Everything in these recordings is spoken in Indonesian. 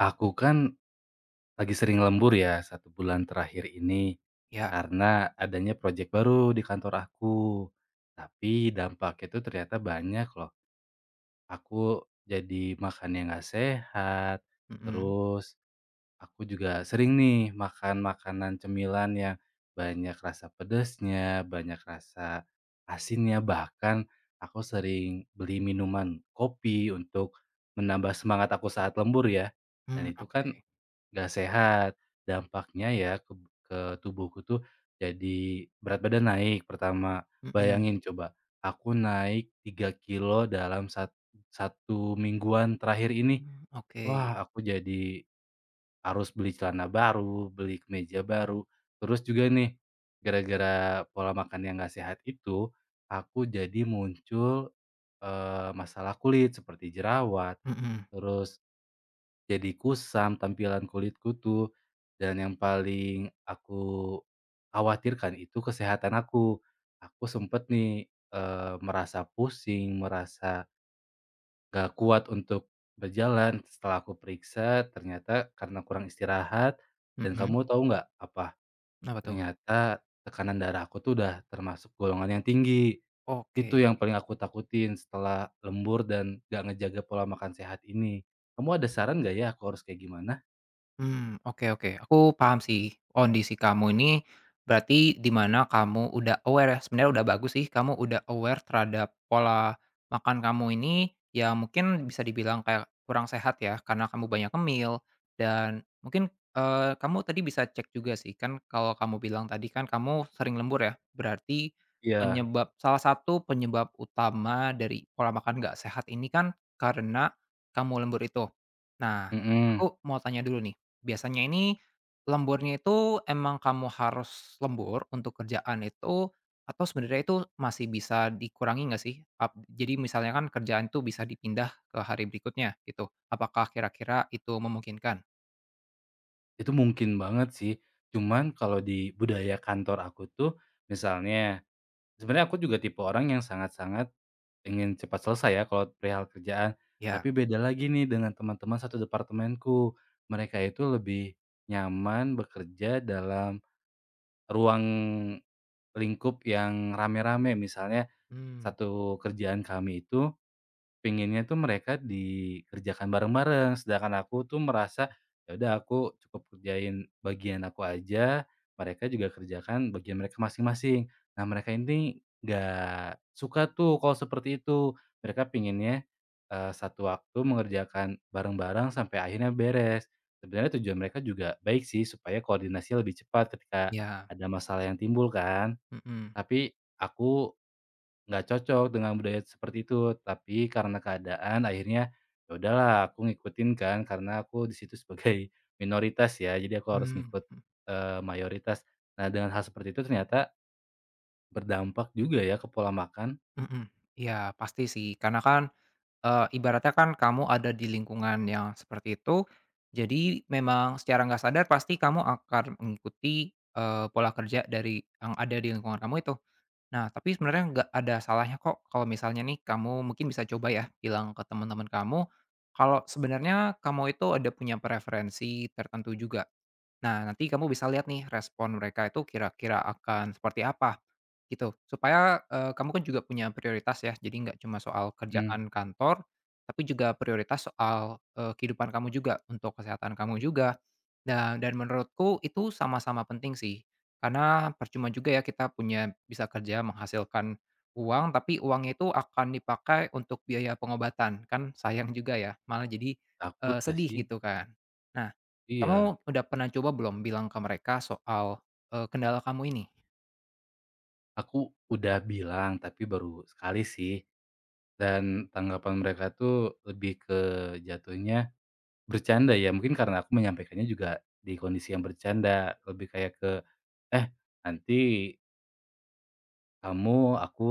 Aku kan lagi sering lembur ya satu bulan terakhir ini, Ya. karena adanya proyek baru di kantor aku. Tapi dampaknya itu ternyata banyak loh. Aku jadi makan yang gak sehat, Mhm. terus aku juga sering nih makan makanan cemilan yang banyak rasa pedasnya, banyak rasa asinnya, bahkan aku sering beli minuman kopi untuk menambah semangat aku saat lembur ya. Dan Mmm, itu kan oke. nggak sehat. Dampaknya ya ke tubuhku tuh jadi berat badan naik pertama. Mhm. Bayangin coba, aku naik 3 kilo dalam 1 mingguan terakhir ini. Mmm, oke. Wah, aku jadi harus beli celana baru, beli kemeja baru. Terus juga nih, gara-gara pola makan yang nggak sehat itu, aku jadi muncul, masalah kulit seperti jerawat, Mhm. terus jadi kusam tampilan kulitku tuh, dan yang paling aku khawatirkan itu kesehatan aku. Aku sempet nih, merasa pusing, merasa gak kuat untuk berjalan. Setelah aku periksa ternyata karena kurang istirahat dan Mhm. kamu tahu nggak apa, Apa tuh? ternyata tekanan darah aku tuh udah termasuk golongan yang tinggi. Itu Oke. yang paling aku takutin setelah lembur dan gak ngejaga pola makan sehat ini. Kamu ada saran nggak ya aku harus kayak gimana? Hmm, oke, oke. Aku paham sih kondisi kamu ini, berarti di mana kamu udah aware ya, sebenarnya udah bagus sih kamu udah aware terhadap pola makan kamu ini, yang mungkin bisa dibilang kayak kurang sehat ya, karena kamu banyak ngemil dan mungkin, kamu tadi bisa cek juga sih, kan kalau kamu bilang tadi kan kamu sering lembur ya, berarti Iya, penyebab salah satu penyebab utama dari pola makan nggak sehat ini kan karena kamu lembur itu. Nah, mhm, aku mau tanya dulu nih, biasanya ini lemburnya itu emang kamu harus lembur untuk kerjaan itu atau sebenarnya itu masih bisa dikurangi nggak sih? Ap jadi misalnya kan kerjaan itu bisa dipindah ke hari berikutnya gitu. Apakah kira-kira itu memungkinkan? itu mungkin banget sih. Cuman kalau di budaya kantor aku tuh misalnya sebenarnya aku juga tipe orang yang sangat-sangat ingin cepat selesai ya kalau perihal kerjaan, Ya. tapi beda lagi nih dengan teman-teman satu departemenku. Mereka itu lebih nyaman bekerja dalam ruang lingkup yang rame-rame. Misalnya Mmm, satu kerjaan kami itu pengennya tuh mereka dikerjakan bareng-bareng, sedangkan aku tuh merasa, ya udah aku cukup kerjain bagian aku aja, mereka juga kerjakan bagian mereka masing-masing. Nah, mereka ini nggak suka tuh kalau seperti itu. Mereka pinginnya satu waktu mengerjakan bareng-bareng sampai akhirnya beres. Sebenarnya tujuan mereka juga baik sih, supaya koordinasi lebih cepat ketika ya. ada masalah yang timbul kan. Mhm. Tapi aku nggak cocok dengan budaya seperti itu, tapi karena keadaan akhirnya, ya udahlah aku ngikutin kan karena aku di situ sebagai minoritas ya, jadi aku harus Mmm, ngikut, mhm, mayoritas. Nah dengan hal seperti itu ternyata berdampak juga ya ke pola makan. mhm. Iya, pasti sih karena kan, ibaratnya kan kamu ada di lingkungan yang seperti itu, jadi memang secara nggak sadar pasti kamu akan mengikuti, pola kerja dari yang ada di lingkungan kamu itu. Nah, tapi sebenarnya nggak ada salahnya kok kalau misalnya nih kamu mungkin bisa coba ya bilang ke teman-teman kamu kalau sebenarnya kamu itu ada punya preferensi tertentu juga. Nah, nanti kamu bisa lihat nih respon mereka itu kira-kira akan seperti apa gitu. Supaya eh, kamu kan juga punya prioritas ya. Jadi nggak cuma soal Mhm. kerjaan kantor, tapi juga prioritas soal eh, kehidupan kamu juga untuk kesehatan kamu juga. Dan menurutku itu sama-sama penting sih. Karena percuma juga ya kita punya bisa kerja menghasilkan uang, tapi uangnya itu akan dipakai untuk biaya pengobatan, kan sayang juga ya, malah jadi, Takut gak sedih sih? gitu kan. Nah, Iya, kamu udah pernah coba belum bilang ke mereka soal, kendala kamu ini? aku udah bilang tapi baru sekali sih dan tanggapan mereka tuh lebih ke jatuhnya bercanda ya, mungkin karena aku menyampaikannya juga di kondisi yang bercanda, lebih kayak ke, "Eh, nanti kamu, aku,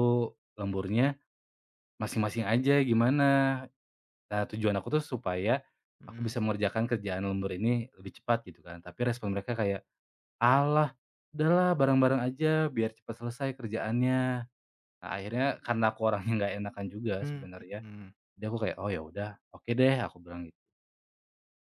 lemburnya masing-masing aja gimana." Nah, tujuan aku tuh supaya aku Mhm. bisa mengerjakan kerjaan lembur ini lebih cepat gitu kan. Tapi respon mereka kayak, "Alah, udahlah bareng-bareng aja biar cepat selesai kerjaannya." Nah, akhirnya karena aku orangnya nggak enakan juga Mmm, sebenarnya, mhm. jadi aku kayak, "Oh, ya udah, oke deh," aku bilang gitu.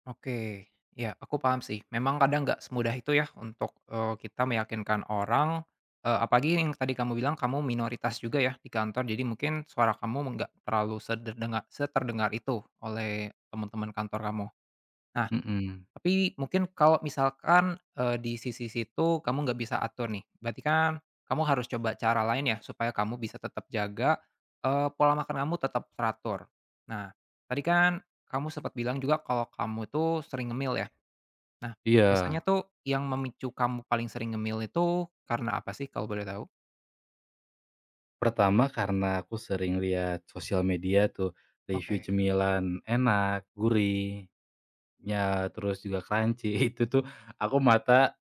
Oke, ya aku paham sih. Memang kadang nggak semudah itu ya untuk, kita meyakinkan orang, apalagi yang tadi kamu bilang kamu minoritas juga ya di kantor, jadi mungkin suara kamu nggak terlalu seterdengar itu oleh teman-teman kantor kamu. Nah, Mhm, tapi mungkin kalau misalkan, di sisi situ kamu nggak bisa atur nih, berarti kan kamu harus coba cara lain ya supaya kamu bisa tetap jaga, pola makan kamu tetap teratur. Nah, tadi kan kamu sempat bilang juga kalau kamu tuh sering ngemil ya. Nah, biasanya iya. tuh yang memicu kamu paling sering ngemil itu karena apa sih kalau boleh tahu? Pertama karena aku sering lihat sosial media tuh, review Oke. cemilan enak, gurih. Ya, terus juga crunchy itu tuh aku mata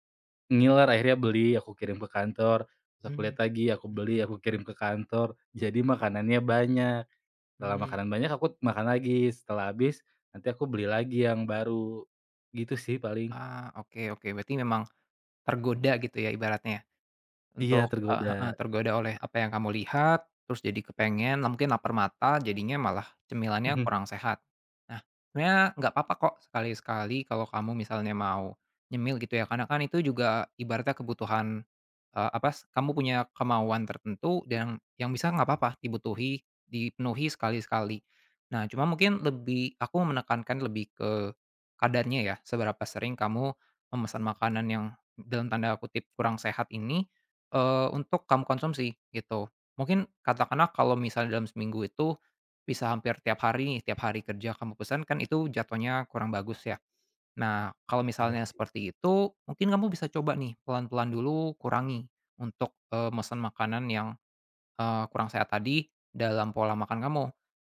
ngiler akhirnya beli, aku kirim ke kantor, terus aku Mmm, lihat lagi, aku beli, mhm, aku kirim ke kantor, jadi makanannya banyak. Setelah mmm, makanan banyak aku makan lagi, setelah habis nanti aku beli lagi yang baru, gitu sih paling. ah, oke, oke, berarti memang tergoda gitu ya ibaratnya ya? Iya Untuk tergoda. heeh, tergoda oleh apa yang kamu lihat, terus jadi kepengen, nah, mungkin lapar mata, jadinya malah cemilannya kurang sehat. Nah, sebenarnya nggak apa-apa kok sekali-sekali kalau kamu misalnya mau nyemil gitu ya, karena kan itu juga ibaratnya kebutuhan, eee, apa, s kamu punya kemauan tertentu dan yang bisa nggak apa-apa dipenuhi sekali-sekali. Nah, cuma mungkin lebih aku menekankan lebih ke kadarnya ya, seberapa sering kamu memesan makanan yang dalam tanda kutip kurang sehat ini, untuk kamu konsumsi gitu. Mungkin katakanlah kalau misalnya dalam seminggu itu bisa hampir tiap hari kerja kamu pesan kan itu jatuhnya kurang bagus ya. Nah, kalau Bener misalnya sih. seperti itu, mungkin kamu bisa coba nih pelan-pelan dulu kurangi untuk, mesen makanan yang kurang sehat tadi dalam pola makan kamu.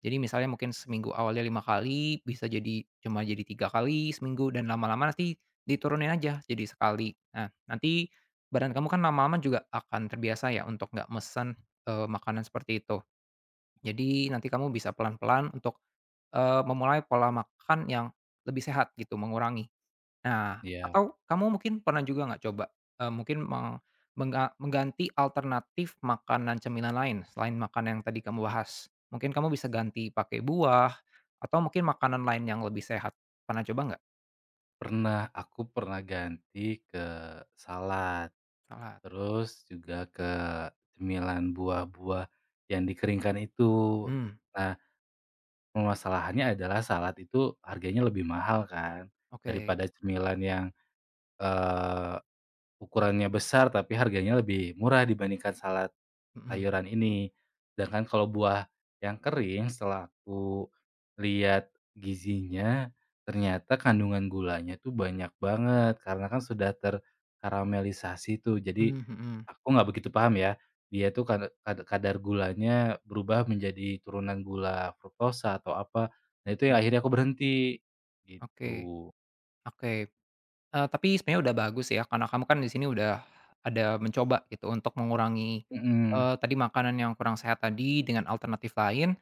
Jadi misalnya mungkin seminggu awalnya 5 kali, bisa jadi cuma jadi 3 kali seminggu dan lama-lama nanti diturunin aja jadi sekali. Nah, nanti badan kamu kan lama-lama juga akan terbiasa ya untuk nggak mesen, makanan seperti itu. Jadi nanti kamu bisa pelan-pelan untuk, memulai pola makan yang lebih sehat gitu, mengurangi. Nah, Iya, atau kamu mungkin pernah juga nggak coba, mungkin mengganti alternatif makanan cemilan lain selain makanan yang tadi kamu bahas? Mungkin kamu bisa ganti pakai buah atau mungkin makanan lain yang lebih sehat. Pernah coba nggak? pernah, aku pernah ganti ke salad, Salad. terus juga ke cemilan buah-buah yang dikeringkan itu. Hmm. Nah, permasalahannya adalah salad itu harganya lebih mahal kan, Oke. daripada cemilan yang, eee, ukurannya besar tapi harganya lebih murah dibandingkan salad Mhm, sayuran ini. Sedangkan kalau buah yang kering setelah aku lihat gizinya, ternyata kandungan gulanya tuh banyak banget karena kan sudah terkaramelisasi tuh. Jadi mmm, mhm, aku nggak begitu paham ya, dia tuh kada kada kadar gulanya berubah menjadi turunan gula fruktosa atau apa. Nah itu yang mhm. akhirnya aku berhenti, Oke, gitu. oke. Tapi sebenarnya udah bagus ya, karena kamu kan di sini udah ada mencoba gitu untuk mengurangi, Mhm, tadi makanan yang kurang sehat tadi dengan alternatif lain.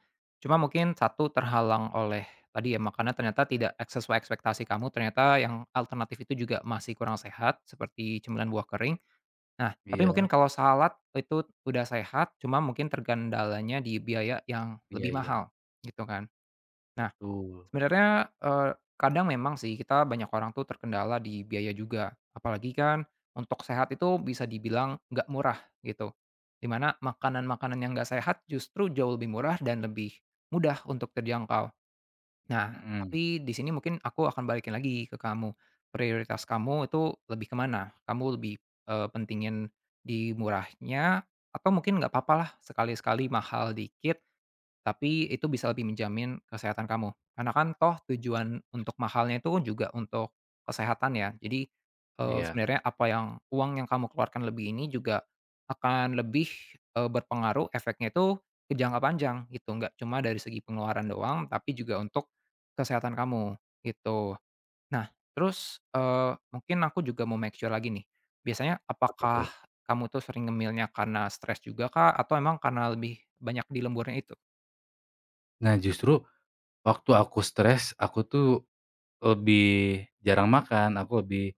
Cuma mungkin satu terhalang oleh tadi ya makanan ternyata tidak sesuai ekspektasi kamu, ternyata yang alternatif itu juga masih kurang sehat seperti cemilan buah kering. Nah, tapi mungkin iya, kalau salad itu udah sehat, cuma mungkin terkendalanya di biaya yang iya, lebih iya, mahal gitu kan. Nah, betul. sebenarnya, kadang memang sih kita banyak orang tuh terkendala di biaya juga, apalagi kan untuk sehat itu bisa dibilang nggak murah gitu, dimana makanan-makanan yang nggak sehat justru jauh lebih murah dan lebih mudah untuk terjangkau. Nah, Mhm, tapi di sini mungkin aku akan balikin lagi ke kamu, prioritas kamu itu lebih kemana. Kamu lebih, pentingin di murahnya atau mungkin nggak papa lah sekali-sekali mahal dikit, tapi itu bisa lebih menjamin kesehatan kamu. Karena kan toh tujuan untuk mahalnya itu juga untuk kesehatan ya. Jadi, eee, iya, sebenarnya apa yang uang yang kamu keluarkan lebih ini juga akan lebih, berpengaruh efeknya itu ke jangka panjang gitu, nggak cuma dari segi pengeluaran doang, tapi juga untuk kesehatan kamu, gitu. Nah, terus, mungkin aku juga mau make sure lagi nih, biasanya apa tuh? apakah kamu tuh sering ngemilnya karena stres juga kah, atau emang karena lebih banyak di lemburnya itu? Nah justru waktu aku stres, aku tuh lebih jarang makan, aku lebih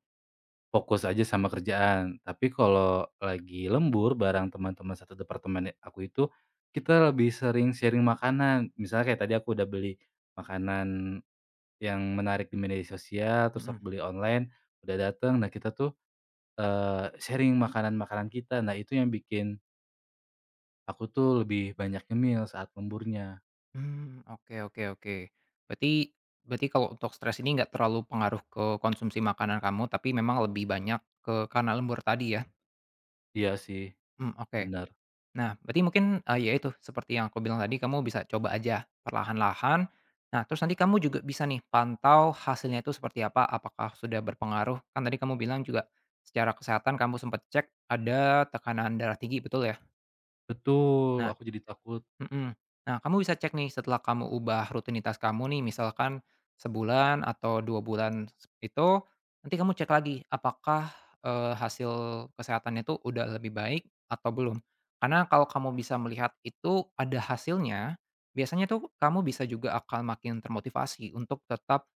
fokus aja sama kerjaan. Tapi kalau lagi lembur bareng teman-teman satu departemen aku itu, kita lebih sering sharing makanan. Misalnya kayak tadi aku udah beli makanan yang menarik di media sosial, terus aku Mhm. beli online, udah dateng. Nah kita tuh, sharing makanan-makanan kita. Nah itu yang bikin aku tuh lebih banyak nyemil saat lemburnya. Hmm, oke, oke, oke. Berarti Berarti kalau untuk stres ini nggak terlalu pengaruh ke konsumsi makanan kamu, tapi memang lebih banyak ke karena lembur tadi ya? Iya sih, Hmm, oke. benar. Nah, berarti mungkin, ya itu seperti yang aku bilang tadi, kamu bisa coba aja perlahan-lahan. Nah, terus nanti kamu juga bisa nih pantau hasilnya itu seperti apa, apakah sudah berpengaruh? Kan tadi kamu bilang juga secara kesehatan kamu sempat cek ada tekanan darah tinggi, betul ya? Betul, Nah. aku jadi takut. Mhm. Nah, kamu bisa cek nih setelah kamu ubah rutinitas kamu nih, misalkan sebulan atau 2 bulan itu, nanti kamu cek lagi apakah, hasil kesehatannya itu udah lebih baik atau belum. Karena kalau kamu bisa melihat itu ada hasilnya, biasanya tuh kamu bisa juga akan makin termotivasi untuk tetap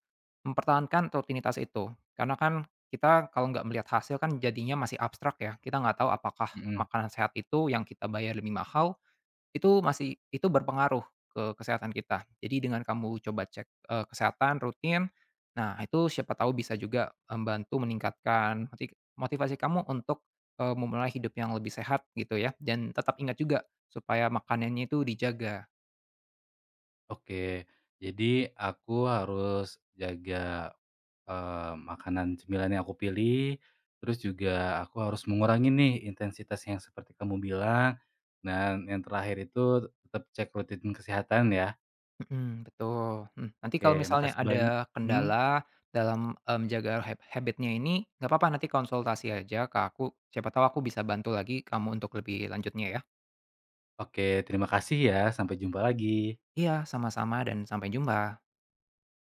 mempertahankan rutinitas itu. Karena kan kita kalau nggak melihat hasil kan jadinya masih abstrak ya, kita nggak tahu apakah Mhm. makanan sehat itu yang kita bayar lebih mahal itu berpengaruh ke kesehatan kita. Jadi dengan kamu coba cek, kesehatan rutin, nah itu siapa tahu bisa juga membantu meningkatkan motivasi kamu untuk, memulai hidup yang lebih sehat gitu ya, dan tetap ingat juga supaya makanannya itu dijaga. Oke, jadi aku harus jaga, makanan cemilan yang aku pilih, terus juga aku harus mengurangi nih intensitas yang seperti kamu bilang, dan yang terakhir itu tetap cek rutin kesehatan ya. Mhm, betul. Mhm, nanti Oke, kalau misalnya makasih banyak. ada mhm, kendala dalam, menjaga habit ini, nggak apa-apa nanti konsultasi aja ke aku, siapa tahu aku bisa bantu lagi kamu untuk lebih lanjutnya ya. oke, terima kasih ya, sampai jumpa lagi. Iya, sama-sama dan sampai jumpa.